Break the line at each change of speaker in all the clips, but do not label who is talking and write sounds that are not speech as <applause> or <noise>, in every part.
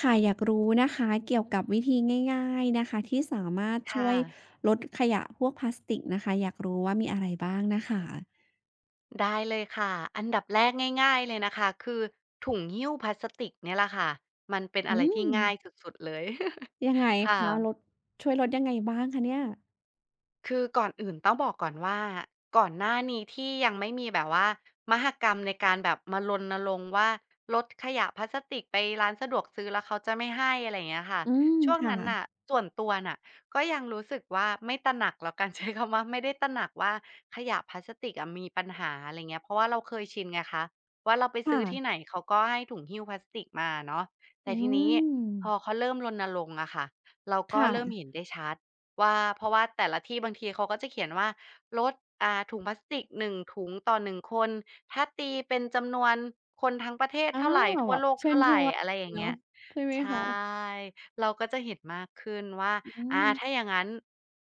ค่ะอยากรู้นะคะเกี่ยวกับวิธีง่ายๆนะคะที่สามารถช่ว
ค่ะ
ยลดขยะพวกพลาสติกนะคะอยากรู้ว่ามีอะไรบ้างนะคะ
ได้เลยค่ะอันดับแรกง่ายๆเลยนะคะคือถุงหิ้วพลาสติกเนี่ยแหละค่ะมันเป็นอะ
อื
ไรที่
ม
ง่ายสุดๆเลย <laughs>
ยังไง
ค่ะ
คะลดช่วยลดยังไงบ้างคะเนี่ย
คือก่อนอื่นต้องบอกก่อนว่าก่อนหน้านี้ที่ยังไม่มีแบบว่ามหกรรมในการแบบมารณรงค์ว่าลดขยะพลาสติกไปร้านสะดวกซื้อแล้วเขาจะไม่ให้อะไรอย่างเงี้ยค่ะ
อืม
ช่วง
ค่ะ
นั้นน่ะส่วนตัวน่ะก็ยังรู้สึกว่าไม่ตระหนักแล้วกัน <laughs> ใช้คำว่าไม่ได้ตระหนักว่าขยะพลาสติกอะมีปัญหาอะไรเงี้ยเพราะว่าเราเคยชินไงคะว่าเราไปซื้อที่ไหน
ค่ะ
เขาก็ให้ถุงหิ้วพลาสติกมาะเนาะแต่
อื
ทีนี้
ม
พอเขาเริ่มรณรงค์อะค่ะเราก็
ค่ะ
เริ่มเห็นได้ชัด ว่าเพราะว่าแต่ละที่บางทีเขาก็จะเขียนว่าลดถุงพลาสติก1ถุงต่อหนึ่งคนถ้าตีเป็นจำนวนคนทั้งประเทศ
อ้า
เท่าไร
ว
ทั่ว
แบบ
โลก
เชิ
เท่า
ญ
ไร
ชวน
อะไรอย่างเงี้
เนาะ
ย
ใช่ไหม
ใช
คะ
่เราก็จะเห็นมากขึ้นว่า
อื
ถ้าอ
ม
ย่างงั้น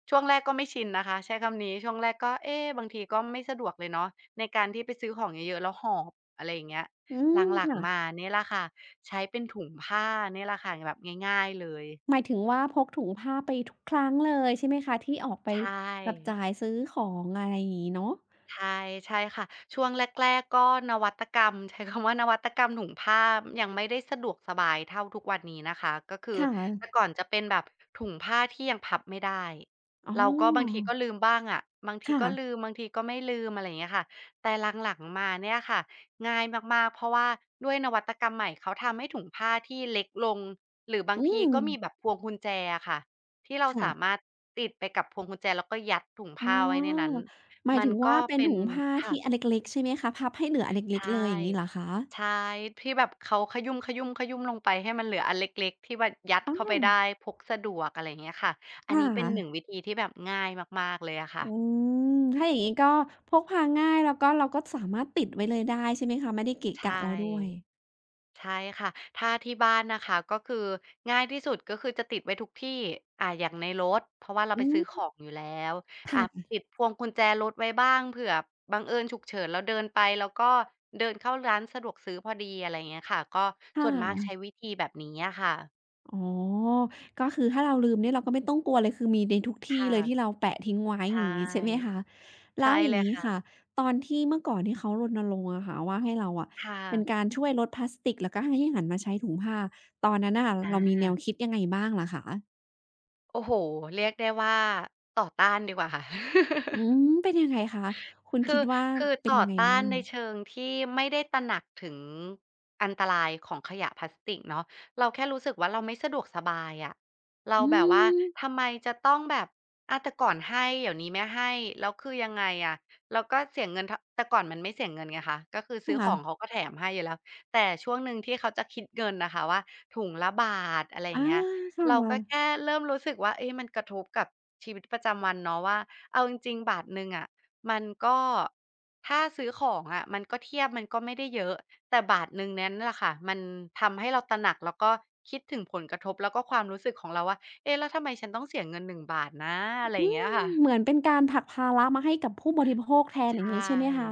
ช่วงแรกก็ไม่ชินนะคะใช้คำนี้ช่วงแรกก็เอ๊บางทีก็ไม่สะดวกเลยเนาะในการที่ไปซื้อของเยอะๆแล้วหอบอะไรอย่างเงี้ย
อืม
หลัง
ค่ะ
ๆมาเนี่ยแหละค่ะใช้เป็นถุงผ้าเนี่ยแหละค่ะแบบง่ายๆเลย
หมายถึงว่าพกถุงผ้าไปทุกครั้งเลยใช่ไหมคะที่ออกไป
ใช่
จับจ่ายซื้อของอะไรอย่างนี้เนาะ
ใช่ค่ะช่วงแรกๆก็นวัตกรรม <laughs> ใช้คำว่านวัตกรรมถุงผ้ายังไม่ได้สะดวกสบายเท่าทุกวันนี้นะคะก็คือ
ค่
แต่ก่
ะ
อนจะเป็นแบบถุงผ้าที่ยังพับไม่ได้
อ๋อ
เราก็บางทีก็ลืมบ้างอะบางทีก็ลื
ค่ะ
มบางทีก็ไม่ลืมอะไรอย่างเงี้ยค่ะแต่หลังๆมาเนี่ยค่ะง่ายมากๆเพราะว่าด้วยนวัตกรรมใหม่เขาทำให้ถุงผ้าที่เล็กลงหรือบาง
อื
ที
ม
ก็มีแบบพวงกุญแจอะค่ะที่เรา
ค่ะ
สามารถติดไปกับพวงกุญแจแล้วก็ยัดถุง
อ๋
ผ้าไว้ในนั้น
อหมาย
มัน
ถึงว่า
ก็
เป็น
เป็น
ถุงผ้า
ค่ะ
ที่อันเล็กๆใช่ไหมคะ พับให้เหลืออันเล็กๆเล
ใช่
ยอย่างงี้เหรอคะ
ใช่ที่แบบเขาขยุ่มๆๆลงไปให้มันเหลืออันเล็กๆที่แบบยัด
อ
เข้าไปได้
อ
พกสะดวกอะไรอย่างเงี้ยค่ะอัน
ค่
นี้เป็น
ะ
หนึ่งวิธีที่แบบง่ายมากๆเลยอะค่ะ
อืม ถ้าอย่างงี้ก็พกพาง่ายแล้วก็เราก็สามารถติดไว้เลยได้ใช่ไหมคะ ไม่ได้เกะ
ใช่
กะเราด้วย
ใช่ค่ะถ้าที่บ้านนะคะก็คือง่ายที่สุดก็คือจะติดไว้ทุกที่อย่างในรถเพราะว่าเรา
อื
ไปซื้อข
ม
องอยู่แล้วอ่า
ค่ะ
ติดพวงกุญแจรถไว้บ้างเผื่อบังเอิญฉุกเฉินเราเดินไปแล้วก็เดินเข้าร้านสะดวกซื้อพอดีอะไรอย่างเงี้ยค่ะก็
ค่
ส่วนมากใช้
ะ
วิธีแบบนี้อะค่ะ
อ๋อก็คือถ้าเราลืมเนี่ยเราก็ไม่ต้องกลัวเลยคือมีในทุกที่
ค่ะ
เลยที่เราแปะทิ้งไว้อ
ใช่
ย่างงี้ใช่ไหมคะแล้
ใช่
วอ
เล
ย่าง
ย
งี้ค่ะ
ค่ะ
ตอนที่เมื่อก่อนที่เขารณรงค์อะค่ะว่าให้เราอะ
ค่ะ
เป็นการช่วยลดพลาสติกแล้วก็ให้หันมาใช้ถุงผ้าตอนนั้นน่ะเรามีแน
อา
วคิดยังไงบ้างล่ะคะ
โอ้โฮเรียกได้ว่าต่อต้านดีกว่าค่ะ
อืมเป็นยังไงคะคุณ
คื
คิ
อ
ดว่าเป็
ต่
น
อ
ยังไง
ต้า
บ้า
น
ง
ในเชิงที่ไม่ได้ตระหนักถึงอันตรายของขยะพลาสติกเนาะเราแค่รู้สึกว่าเราไม่สะดวกสบายอะเรา
อื
แบบว่า
ม
ทำไมจะต้องแบบแต่ก่อนให้เดี๋ยวนี้ไม่ให้แล้วคือยังไงอะแล้วก็เสียเงินทแต่ก่อนมันไม่เสียเงินไงคะก็คือซื้อข
ค่ะ
องเขาก็แถมให้อยู่แล้วแต่ช่วงหนึ่งที่เขาจะคิดเงินน่ะค่ะว่าถุงละบาทอะไรอย่า
อา
งเงี้ย
ค่ะ
เราก็แค่เริ่มรู้สึกว่าเอ๊ะมันกระทบกับชีวิตประจำวันเนาะว่าเอาจริงๆบาทหนึ่งอะ มันก็ถ้าซื้อของอะมันก็เทียบมันก็ไม่ได้เยอะแต่บาทหนึ่งนั้นแหละค่ะมันทำให้เราตระหนักแล้วก็คิดถึงผลกระทบแล้วก็ความรู้สึกของเราว่าเอ๊ะแล้วทำไมฉันต้องเสียเงินหนึ่งบาทนะอะไรอ
อื
ย่าง
ม
เงี้ยค่ะ
เหมือนเป็นการผลักภาระมาให้กับผู้บริโภคแทนอย่าง
ใช่
งี้ใช่ไหมคะ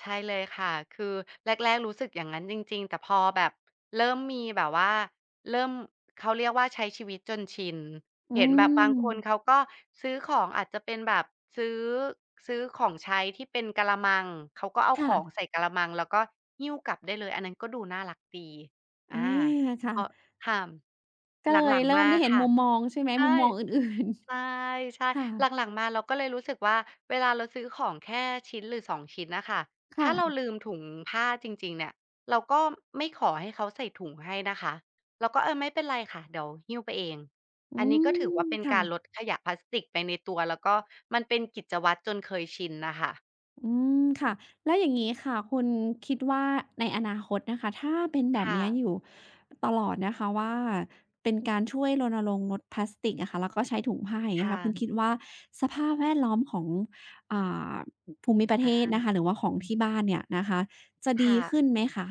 ใช่เลยค่ะ คือแรกๆรู้สึกอย่างนั้นจริงๆ แต่พอแบบเริ่มมีแบบว่าเริ่มเขาเรียกว่าใช้ชีวิตจนชิน
อื
เห็นแบบบางคนเขา
ม
ก็ซื้อของอาจจะเป็นแบบซื้อซื้อของใช้ที่เป็นกะละมังเขาก็เอาของ
ค่ะ
ใส่กะละมังแล้วก็หิ้วกลับได้เลยอันนั้นก็ดูน่ารักดีอา
อา
พ
ค่ะ
อค่ะ
ก็
ห
เลย
ลังๆ
เริ่ม
มา
ได้เห็น
ค่ะ
มุมมองใช่ไหมมุ
ใช่
มมองอื่น
ใช่
ๆค่ะ
ๆหลังๆมาเราก็เลยรู้สึกว่าเวลาเราซื้อของแค่ชิ้นหรือสองชิ้นน่ะค่ะถ้าเรา
ค่ะ
ลืมถุงผ้าจริงๆเนี่ยเราก็ไม่ขอให้เขาใส่ถุงให้นะคะเราก็เออไม่เป็นไรค่ะเดี๋ยวหิ้วไปเอง
อื
อันนี้ก็ถือว่า
ม
เป็นการล
ค่ะ
ดขยะพลาสติกไปในตัวแล้วก็มันเป็นกิจวัตรจนเคยชินน่ะค่ะ
อืมค่ะแล้วอย่างงี้ค่ะคุณคิดว่าในอนาคตนะคะถ้าเป็นแบบ
ค่ะ
เนี้ยอยู่ตลอดนะคะว่าเป็นการช่วยรณรงค์ลดพลาสติกอะค่ะแล้วก็ใช้ถุงผ้าอย่างเงี้ย
ค่ะ
ค่ะคุณคิดว่าสภาพแวดล้อมของอ่าภูมิประเทศ
อา
นะคะหรือว่าของที่บ้านเนี่ยนะคะจะดี
ค่ะ
ขึ้นไหมคะ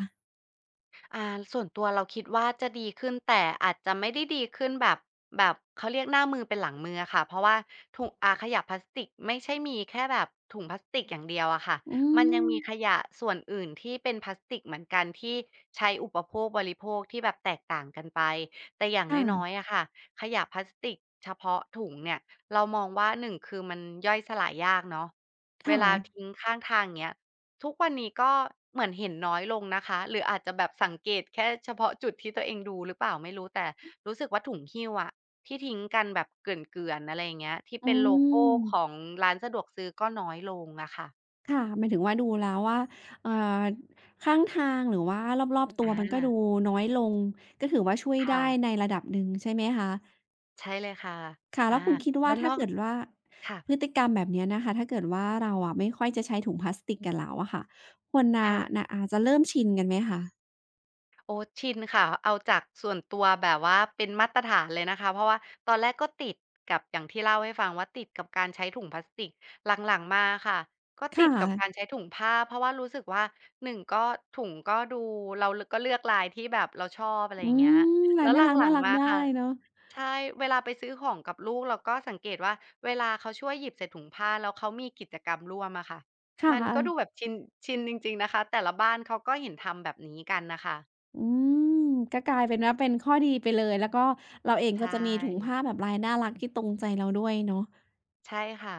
อาส่วนตัวเราคิดว่าจะดีขึ้นแต่อาจจะไม่ได้ดีขึ้นแบบเขาเรียกหน้ามือเป็นหลังมืออะค่ะเพราะว่าถุงขยะพลาสติกไม่ใช่มีแค่แบบถุงพลาสติกอย่างเดียวอะค่ะ
อื
มันยัง
ม
มีขยะส่วนอื่นที่เป็นพลาสติกเหมือนกันที่ใช้อุปโภคบริโภคที่แบบแตกต่างกันไปแต่อย่างน้อยๆ
ค่ะ
อะค่ะขยะพลาสติกเฉพาะถุงเนี่ยเรามองว่า1คือมันย่อยสลายยากเนาะ
ค
เวลา
่ะ
ทิ้งข้างทางอย่างเงี้ย ทุกวันนี้ก็เหมือนเห็นน้อยลงนะคะหรืออาจจะแบบสังเกตแค่เฉพาะจุดที่ตัวเองดูหรือเปล่าไม่รู้แต่รู้สึกว่าถุงหิ้วอะที่ทิ้งกันแบบเกลื่อนๆอะไรอย่างเงี้ยที่
อื
เป็นโลโก้
ม
ของร้านสะดวกซื้อก็น้อยลงอะค่ะ
ค่ะหมายถึงว่าดูแล้วว่าเอ่อข้างทางหรือว่ารอบๆตัว
อา
มันก็ดูน้อยลงก็ถือว่าช่วย
ค่ะ
ได้ในระดับหนึ่งใช่ไหมคะ
ใช่เลยค่ะ
ค่ะ
อา
แล้วคุณคิด
แล้
ว่า
วน
ถ้า
อก
เกิดว่า
ค่ะ
พฤติกรรมแบบเนี้ยนะคะถ้าเกิดว่าเราอะไม่ค่อยจะใช้ถุงพลาสติกกันแล้วอะค่ะคนน่ะ
ค่ะ
น่ะอาจจะเริ่มชินกันไหมคะ
โอ้ชินค่ะเอาจากส่วนตัวแบบว่าเป็นมาตรฐานเลยนะคะเพราะว่าตอนแรกก็ติดกับอย่างที่เล่าให้ฟังว่าติดกับการใช้ถุงพลาสติกหลังๆมาค่ะก็
ค่
ติดกับการ
ะ
ใช้ถุงผ้าเพราะว่ารู้สึกว่าหนึ่งก็ถุงก็ดูเราลก็เลือกลายที่แบบเราชอบอะไร
อื
อย่างเงี้ย
มลา
แล้
ย
วห
น่า
ลัง
รั
ๆ
ก
มา
ๆได้
ค่ะ
เนาะ
ใช่เวลาไปซื้อของกับลูกเราก็สังเกตว่าเวลาเขาช่วยหยิบใส่ถุงผ้าแล้วเขามีกิจกรรมร่วมอะค่ะ
ค่
มันก็ดู
ะ
แบบชินจริงๆนะคะแต่ละบ้านเขาก็เห็นทำแบบนี้กันน่ะค่ะ
อืมก็กลายเป็นว่าเป็นข้อดีไปเลยแล้วก็เราเอง
ใช
ก็จะมีถุงผ้า
่
แบบลายน่ารักที่ตรงใจเราด้วยเนาะ
ใช่ค่ะ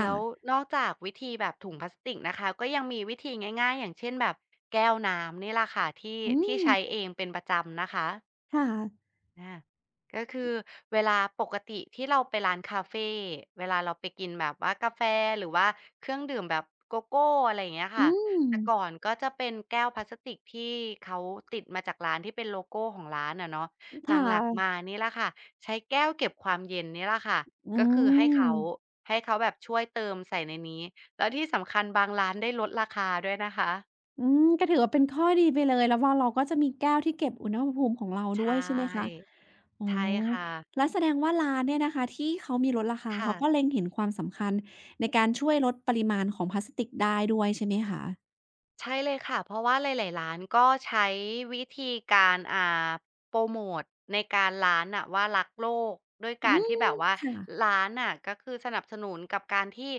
แล้ว
่ะ
นอกจากวิธีแบบถุงพลาสติกนะคะก็ยังมีวิธีง่ายๆอย่างเช่นแบบแก้วน้ำนี่แหละค่ะ
อื
ที่
ม
ใช้เองเป็นประจำนะคะ
ค่ะ
อาก็คือเวลาปกติที่เราไปร้านคาเฟเวลาเราไปกินแบบว่ากาแฟหรือว่าเครื่องดื่มแบบโกโก้อะไรอย่างเงี้ย
อื
ค่ะ
ม
แต่ก่อนก็จะเป็นแก้วพลาสติกที่เขาติดมาจากร้านที่เป็นโลโกของร้านอะเนาะ
ค
หลังๆ
่ะ
มานี่และค่ะใช้แก้วเก็บความเย็นนี่และค่ะ
อื
ก็คือให้เขา
ม
แบบช่วยเติมใส่ในนี้แล้วที่สำคัญบางร้านได้ลดราคาด้วยนะคะ
อืมก็ถือว่าเป็นข้อดีไปเลยแล้วว่าเราก็จะมีแก้วที่เก็บอุณหภูมิของเรา
ใช
ด้วยใช่ไหมคะ
่
อ๋อ
ใช่ค่ะ
แล้วแสดงว่าร้านเนี่ยนะคะที่เขามีลดราคา
ค่ะ
เขาก็เล็งเห็นความสำคัญในการช่วยลดปริมาณของพลาสติกได้ด้วยใช่ไหมคะ
ใช่เลยค่ะเพราะว่าหลายๆร้านก็ใช้วิธีการโปรโมตในการร้านน่ะว่ารักโลกด้วย
อื
การที่แบ
ม
บว่า
ค่ะ
ร้านน่ะก็คือสนับสนุนกับการที่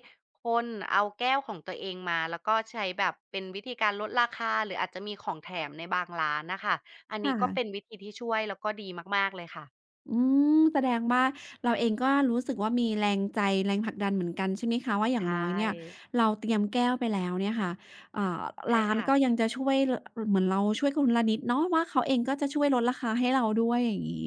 คนเอาแก้วของตัวเองมาแล้วก็ใช้แบบเป็นวิธีการลดราคาหรืออาจจะมีของแถมในบางร้านน่ะค่ะอัน
ค
นี้ก็เป็น
่ะ
วิธีที่ช่วยแล้วก็ดีมากๆเลยค่ะ
อืมแสดงว่าเราเองก็รู้สึกว่ามีแรงใจแรงผลักดันเหมือนกันใช่ไหมคะว่าอ
ใช
ย่างน้อยเนี่ย
่
เราเตรียมแก้วไปแล้วเนี่ยค่ะอ่า
ใช่
ร้าน
ค่ะ
ก็ยังจะช่วยรเหมือนเราช่วยคนละนิดเนาะว่าเขาเองก็จะช่วยลดราคาให้เราด้วยอย่างงี้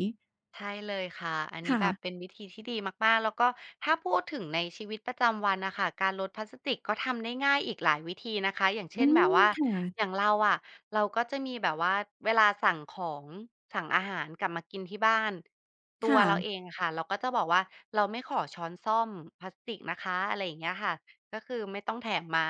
ใช่เลยค่ะอันนี้
ค่ะ
แบบเป็นวิธีที่ดีมากๆแล้วก็ถ้าพูดถึงในชีวิตประจำวันนะคะการลดพลาสติกก็ทำได้ง่ายอีกหลายวิธีนะคะอย่างเช่
อื
นแบบ
ม
ว่า
ค่ะ
อย่างเราอะเราก็จะมีแบบว่าเวลาสั่งของสั่งอาหารกลับมากินที่บ้านตัวเราเอ
ค่ะ
งอะค่ะเราก็จะบอกว่าเราไม่ขอช้อนส้อมพลาสติกนะคะอะไรอย่างเงี้ยค่ะก็คือไม่ต้องแถมมา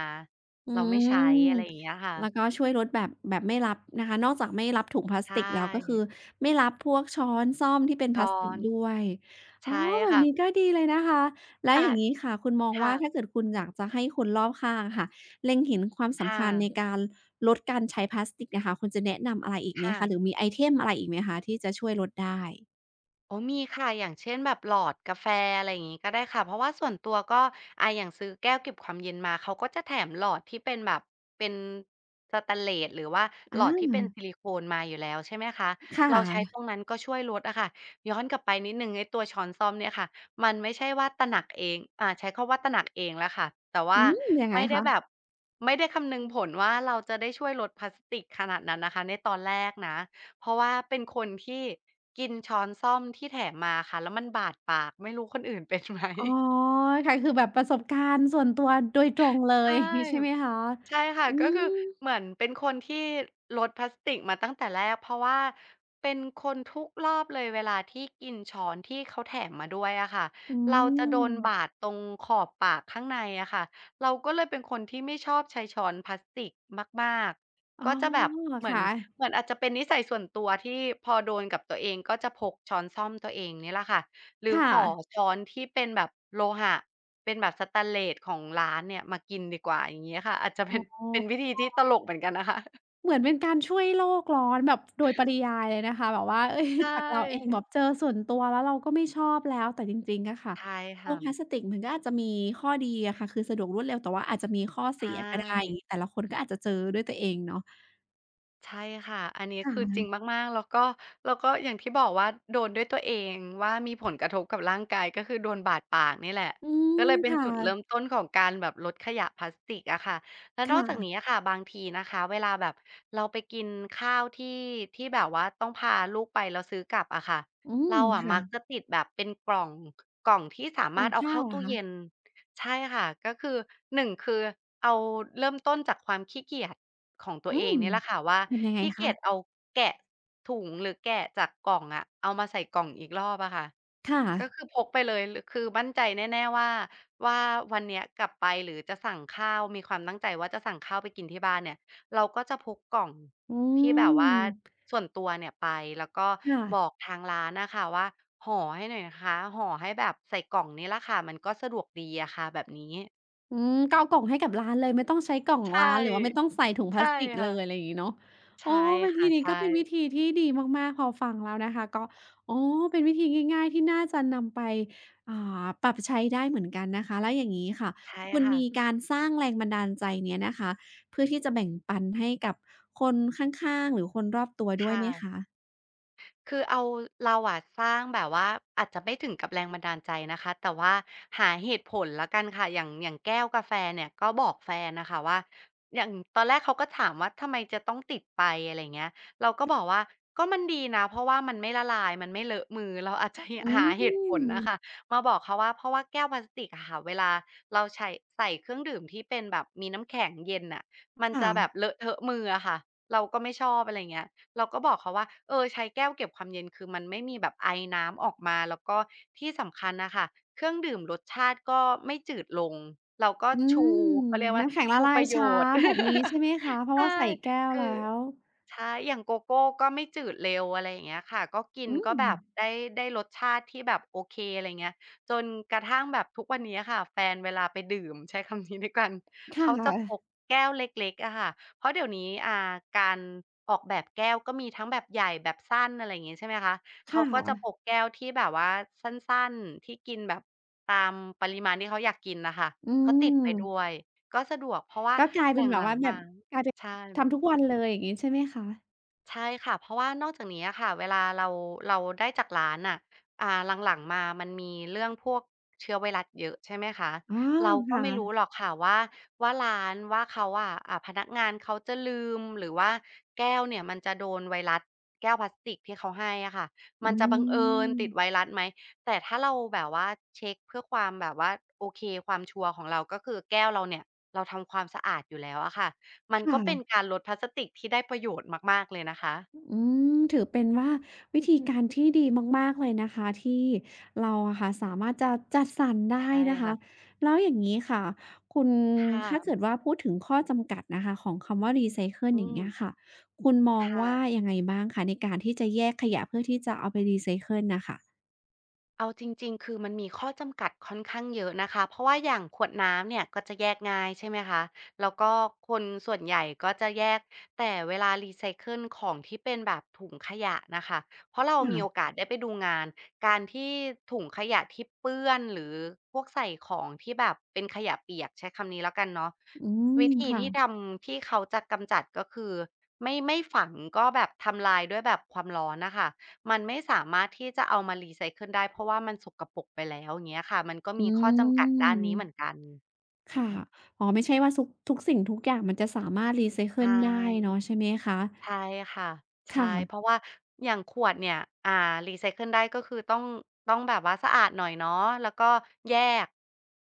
อื
เราไม่ใช้อะไรอย่าง
ม
เงี้ย
แล้วก็
ค่ะ
ช่วยลดแบบแบบไม่รับนะคะนอกจากไม่รับถุงพลาส
ใช่
ติกแล้วก็คือไม่รับพวกช้อนส้อมที่เป็นพลา
ช้
ส
อ
ติก
น
ด้วยอ๋อ
ใช่
แบบ
ค่ะ
นี้ก็ดีเลยนะคะแล้วอ
อา
ย่าง
จ
งี้ค่ะคุณมอง
ค่ะ
ว่าถ้าเกิดคุณอยากจะให้คนรอบข้างอะค่ะเล็งเห็นความสำ
ค่ะ
คัญในการลดการใช้พลาสติกอะค่ะคุณจะแนะนำอะไรอีกไหม
ค่ะ
คะหรือมีไอเทมอะไรอีกไหมคะที่จะช่วยลดได้
โอ้มีค่ะอย่างเช่นแบบหลอดกาแฟอะไรอย่างงี้ก็ได้ค่ะเพราะว่าส่วนตัวก็อย่างซื้อแก้วเก็บความเย็นมาเขาก็จะแถมหลอดที่เป็นแบบเป็นสแตนเลสหรือว่าหลอดที่เป็
อา
นซิลิโคนมาอยู่แล้วใช่ไหมคะ
ค
เราใช้
่ะ
ตรงนั้นก็ช่วยลดอะค่ะย้อนกลับไปนิดนึงไอ้ตัวช้อนส้อมเนี่ยค่ะมันไม่ใช่ว่าตระหนักเองอ่าใช้คำว่าตระหนักเองแล้วค่ะแต่ว่า
อืมยังไง
ไม่ได้
คะ
แบบไม่ได้คำนึงผลว่าเราจะได้ช่วยลดพลาสติกขนาดนั้นนะคะในตอนแรกนะ เพราะว่าเป็นคนที่กินช้อนส้อมที่แถมมาค่ะแล้วมันบาดปากไม่รู้คนอื่นเป็นไหม
อ๋อค่ะคือแบบประสบการณ์ส่วนตัวโดยตรงเลย
ใช่
<laughs> อย่างงี้ใช่ไหมคะ
ใช่ค่ะ
อื
ก็คือ
ม
เหมือนเป็นคนที่ลดพลาสติกมาตั้งแต่แรกเพราะว่าเป็นคนทุกรอบเลยเวลาที่กินช้อนที่เขาแถมมาด้วยอะค่ะ
อื
เราจะโดนบาด
ม
ตรงขอบปากข้างในอะค่ะเราก็เลยเป็นคนที่ไม่ชอบใช้ช้อนพลาสติกมาก
อ๋
ๆ
อ
ก็จะแบบ
เหรอ
เหมือน
คะ
เหมือนอาจจะเป็นนิสัยส่วนตัวที่พอโดนกับตัวเองก็จะพกช้อนส้อมตัวเองนี่แหละค่ะ หรื
ค
อขอ
่ะ
ช้อนที่เป็นแบบโลหะเป็นแบบสแตนเลสของร้านเนี่ยมากินดีกว่าอย่างเงี้ยค่ะอาจจะ
อ๋
เป็
อ
น <laughs> เป็นวิธีที่ตลกเหมือนกันนะคะ
เหมือนเป็นการช่วยโลกร้อนแบบโดยปริยายเลยนะคะแบบว่าเฮ้ย
ใช
<laughs> จากเราเองแบ
่
บเจอส่วนตัวแล้วเราก็ไม่ชอบแล้วแต่จริงๆอะค่ะ
ใช่
พว
ค่ะ
กพลาสติกมันก็อาจจะมีข้อดีอะค่ะคือสะดวกรวดเร็วแต่ว่าอาจจะมีข้อ
ใช
เสียก็ได้อย่างงี้
่
แต่ละคนก็อาจจะเจอด้วยตัวเองเนาะ
ใช่ค่ะอันนี้
ค่ะ
คือจริงมากๆแล้วก็อย่างที่บอกว่าโดนด้วยตัวเองว่ามีผลกระทบกับร่างกายก็คือโดนบาดปากนี่แหละ
อืม
ก็เลยเป็น
ค่
จุดเริ่ม
ะ
ต้นของการแบบลดขยะพลาสติกอะค่ะแล้ว
ค
นอกจากนี้
่ะ
อะค่ะบางทีนะคะเวลาแบบเราไปกินข้าวที่แบบว่าต้องพาลูกไปแล้วซื้อกลับอะค่ะ
อืม
เราอะ
ค่ะ
มักจะติดแบบเป็นกล่องกล่องที่สา
ตร
มาร
ง
ถเอา
ข้า
เข้า
วเหร
ตู้
อคะ
เย็นใช่ค่ะก็คือ1คือเอาเริ่มต้นจากความขี้เกียจของตัว
อื
เอง
ม
เนี่ยแหละค่ะว่า
ทำยังไง
ขี้เกียจ
คะ
เอาแกะถุงหรือแกะจากกล่องอะเอามาใส่กล่องอีกรอบอะค่ะ
ค่ะ
ก็คือพกไปเลยหรือคือมั่นใจแน่ๆว่าวันเนี้ยกลับไปหรือจะสั่งข้าวมีความตั้งใจว่าจะสั่งข้าวไปกินที่บ้านเนี่ยเราก็จะพกกล่อง
อื
ที่แบบว่า
ม
ส่วนตัวเนี่ยไปแล้วก็
ค่ะ
บอกทางร้านน่ะค่ะว่าห่อให้หน่อยนะคะห่อให้แบบใส่กล่องนี้ล่ะค่ะมันก็สะดวกดีอะค่ะแบบนี้
อืมก็เอากล่องให้กับร้านเลยไม่ต้องใช้กล่อง
ใช่
ร้านหรือว่าไม่ต้องใส่ถุงพลา
ใช่
สติกเล
ค่ะ
ยอะไรอย่างงี้เนาะอ๋อ
ใช่
วิธี
ค่ะ
นี้
ใช่
ก็เป็นวิธีที่ดีมากๆพอฟังแล้วนะคะก็อ๋อเป็นวิธีง่ายๆที่น่าจะนำไปอ่าปรับใช้ได้เหมือนกันนะคะแล้วอย่างงี้ค่ะ
ใช่
คุณ
ค่ะ
มีการสร้างแรงบันดาลใจเนี้ยนะคะเพื่อที่จะแบ่งปันให้กับคนข้างๆหรือคนรอบตัว
ค
ด้วยไหมคะ
่ะ คือเอาเราอะสร้างแบบว่าอาจจะไม่ถึงกับแรงบันดาลใจนะคะแต่ว่าหาเหตุผลละกันค่ะอย่างแก้วกาแฟเนี่ยก็บอกแฟนนะคะว่าอย่างตอนแรกเขาก็ถามว่าทำไมจะต้องติดไปอะไรเงี้ยเราก็บอกว่าก็มันดีนะเพราะว่ามันไม่ละลายมันไม่เลอะมือเราอาจจะ
อื
หาเหตุผลน่ะคะ
ม
มาบอกเขาว่าเพราะว่าแก้วพลาสติกอะค่ะเวลาเราใช้ใส่เครื่องดื่มที่เป็นแบบมีน้ำแข็งเย็นอะมันจะแบ
ค่ะ
บเลอะเทอะมืออะค่ะเราก็ไม่ชอบอะไรเงี้ย เราก็บอกเขาว่าเออใช้แก้วเก็บความเย็นคือมันไม่มีแบบไอน้ำออกมาแล้วก็ที่สำคัญน่ะค่ะเครื่องดื่มรสชาติก็ไม่จืดลงเราก็
อื
ชู
ม
เขาเรียกว่า
น้ำแข็งละ
ชู
ลา
ป
ย
ระโย
ช้า
ชน์
แบบนี้ใช่ไหมคะ
<laughs>
เพราะ
ใช่
ว่าใส่แก้ว
คื
แล้
อ
ว
ใช่อย่างโกโก้ก็ไม่จืดเร็วอะไรอย่างเงี้ยค่ะก็กิน
อื
ก็
ม
แบบได้ได้รสชาติที่แบบโอเคอะไรเงี้ยจนกระทั่งแบบทุกวันนี้อะค่ะแฟนเวลาไปดื่มใช้คำนี้ด้วยกัน
ค่
เขาจะพก
ะ
แก้วเล็กๆอะค่ะเพราะเดี๋ยวนี้การออกแบบแก้วก็มีทั้งแบบใหญ่แบบสั้นอะไรอย่างงี้ใช่ไหมคะ
ค
เขาก็จะพ
่ะ
กแก้วที่แบบว่าสั้นๆที่กินแบบตามปริมาณที่เขาอยากกินน่ะค่ะ
อื
ก็ติดไปด้
ม
วยก็สะดวกเพราะว่า
ก็กลาย
หล
เป็นแบบ
ัง
ว่า
ๆ
แบ
มา
บกลายเป็น
ใช่
ทำทุกวันเลยอย่างงี้ใช่ไหมคะ
ใช่ค่ะเพราะว่านอกจากนี้อะค่ะเวลาเราได้จากร้านน่ะอ่าหลังๆมามันมีเรื่องพวกเชื้อไวรัสเยอะใช่ไหมคะ
อ๋อ
เราก็
ค่ะ
ไม่รู้หรอกค่ะว่าร้านว่าเขาอะพนักงานเขาจะลืมหรือว่าแก้วเนี่ยมันจะโดนไวรัสแก้วพลาสติกที่เขาให้อะค่ะมั
อื
นจะบังเอิญ
ม
ติดไวรัสไหมแต่ถ้าเราแบบว่าเช็กเพื่อความแบบว่าโอเคความชัวร์ของเราก็คือแก้วเราเนี่ยเราทำความสะอาดอยู่แล้วอะค่ะ มัน
ค่ะ
ก็เป็นการลดพลาสติกที่ได้ประโยชน์มากๆเลยนะคะ
อืมถือเป็นว่าวิธีการที่ดีมากๆเลยนะคะที่เราอะค่ะสามารถจะจัดสรรได้
ใช่
นะคะ
ค่ะ
แล้วอย่างนี้ค่ะคุณ
ค่ะ
ถ้าเกิดว่าพูดถึงข้อจำกัดนะคะของคำว่ารีไซเคิลอ
อื
ย่าง
ม
เงี้ยค่ะคุณมอง
ค่ะ
ว่ายังไงบ้างคะในการที่จะแยกขยะเพื่อที่จะเอาไปรีไซเคิลนะคะ
เอาจริงๆคือมันมีข้อจำกัดค่อนข้างเยอะนะคะเพราะว่าอย่างขวดน้ำเนี่ยก็จะแยกง่ายใช่ไหมคะแล้วก็คนส่วนใหญ่ก็จะแยกแต่เวลารีไซเคิลของที่เป็นแบบถุงขยะนะคะเพราะเรามี
ค่ะ
โอกาสได้ไปดูงานการที่ถุงขยะที่เปื้อนหรือพวกใส่ของที่แบบเป็นขยะเปียกใช้คำนี้แล้วกันเนาะ
อื
วิ
ม
ธี
ค่ะ
ที่ทำที่เขาจะกำจัดก็คือไม่ฝังก็แบบทำลายด้วยแบบความร้อนนะคะ มันไม่สามารถที่จะเอามารีไซเคิลได้เพราะว่ามันสกปรกไปแล้วอย่างเงี้ยค่ะมันก็
อื
มีข้อจำกัดด้านนี้เหมือน
ม
กัน
ค่ะ
อืม
อ๋อไม่ใช่ว่าทุกทุกสิ่งทุกอย่างมันจะสามารถรีไซ
ใช
เคิลได้เนาะ
่
ใช่ไหมคะ
ใช่ค่ะ
ค
ใช่เพราะ
่ะ
ว่าอย่างขวดเนี่ยอ่ารีไซเคิลได้ก็คือต้องแบบว่าสะอาดหน่อยเนาะแล้วก็แยก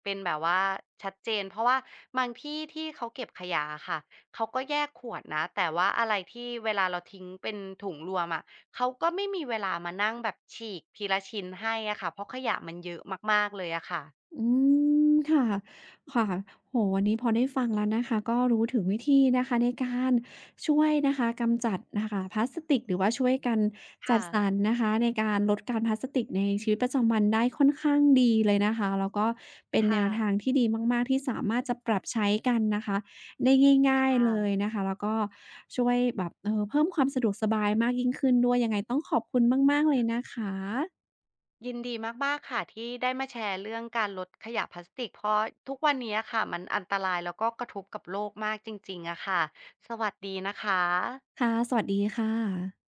เป็นแบบว่าชัดเจนเพราะว่าบางที่ที่เขาเก็บขยะอะค่ะเขาก็แยกขวดนะแต่ว่าอะไรที่เวลาเราทิ้งเป็นถุงรวมอะเขาก็ไม่มีเวลามานั่งแบบฉีกทีละชิ้นให้อะค่ะเพราะขยะมันเยอะมากๆเลยอะค่ะ
อืมค่ะค่ะโอ้โฮวันนี้พอได้ฟังแล้วนะคะก็รู้ถึงวิธีนะคะในการช่วยนะคะกำจัดน่ะค่ะพลาสติกหรือว่าช่วยกันจั
ค่ะ
ดสรรนะคะในการลดการพลาสติกในชีวิตประจำวันได้ค่อนข้างดีเลยนะคะแล้วก็เป็นแน
ค่ะ
วทางที่ดีมากๆที่สามารถจะปรับใช้กันนะคะได้ง่ายๆเลย
ค่ะ
นะคะแล้วก็ช่วยแบบเพิ่มความสะดวกสบายมากยิ่งขึ้นด้วยยังไงต้องขอบคุณมากๆเลยนะคะ
ยินดีมากๆค่ะที่ได้มาแชร์เรื่องการลดขยะพลาสติกเพราะทุกวันนี้อะค่ะมันอันตรายแล้วก็กระทบกับโลกมากจริงๆอะค่ะสวัสดีนะคะ
ค่ะสวัสดีค่ะ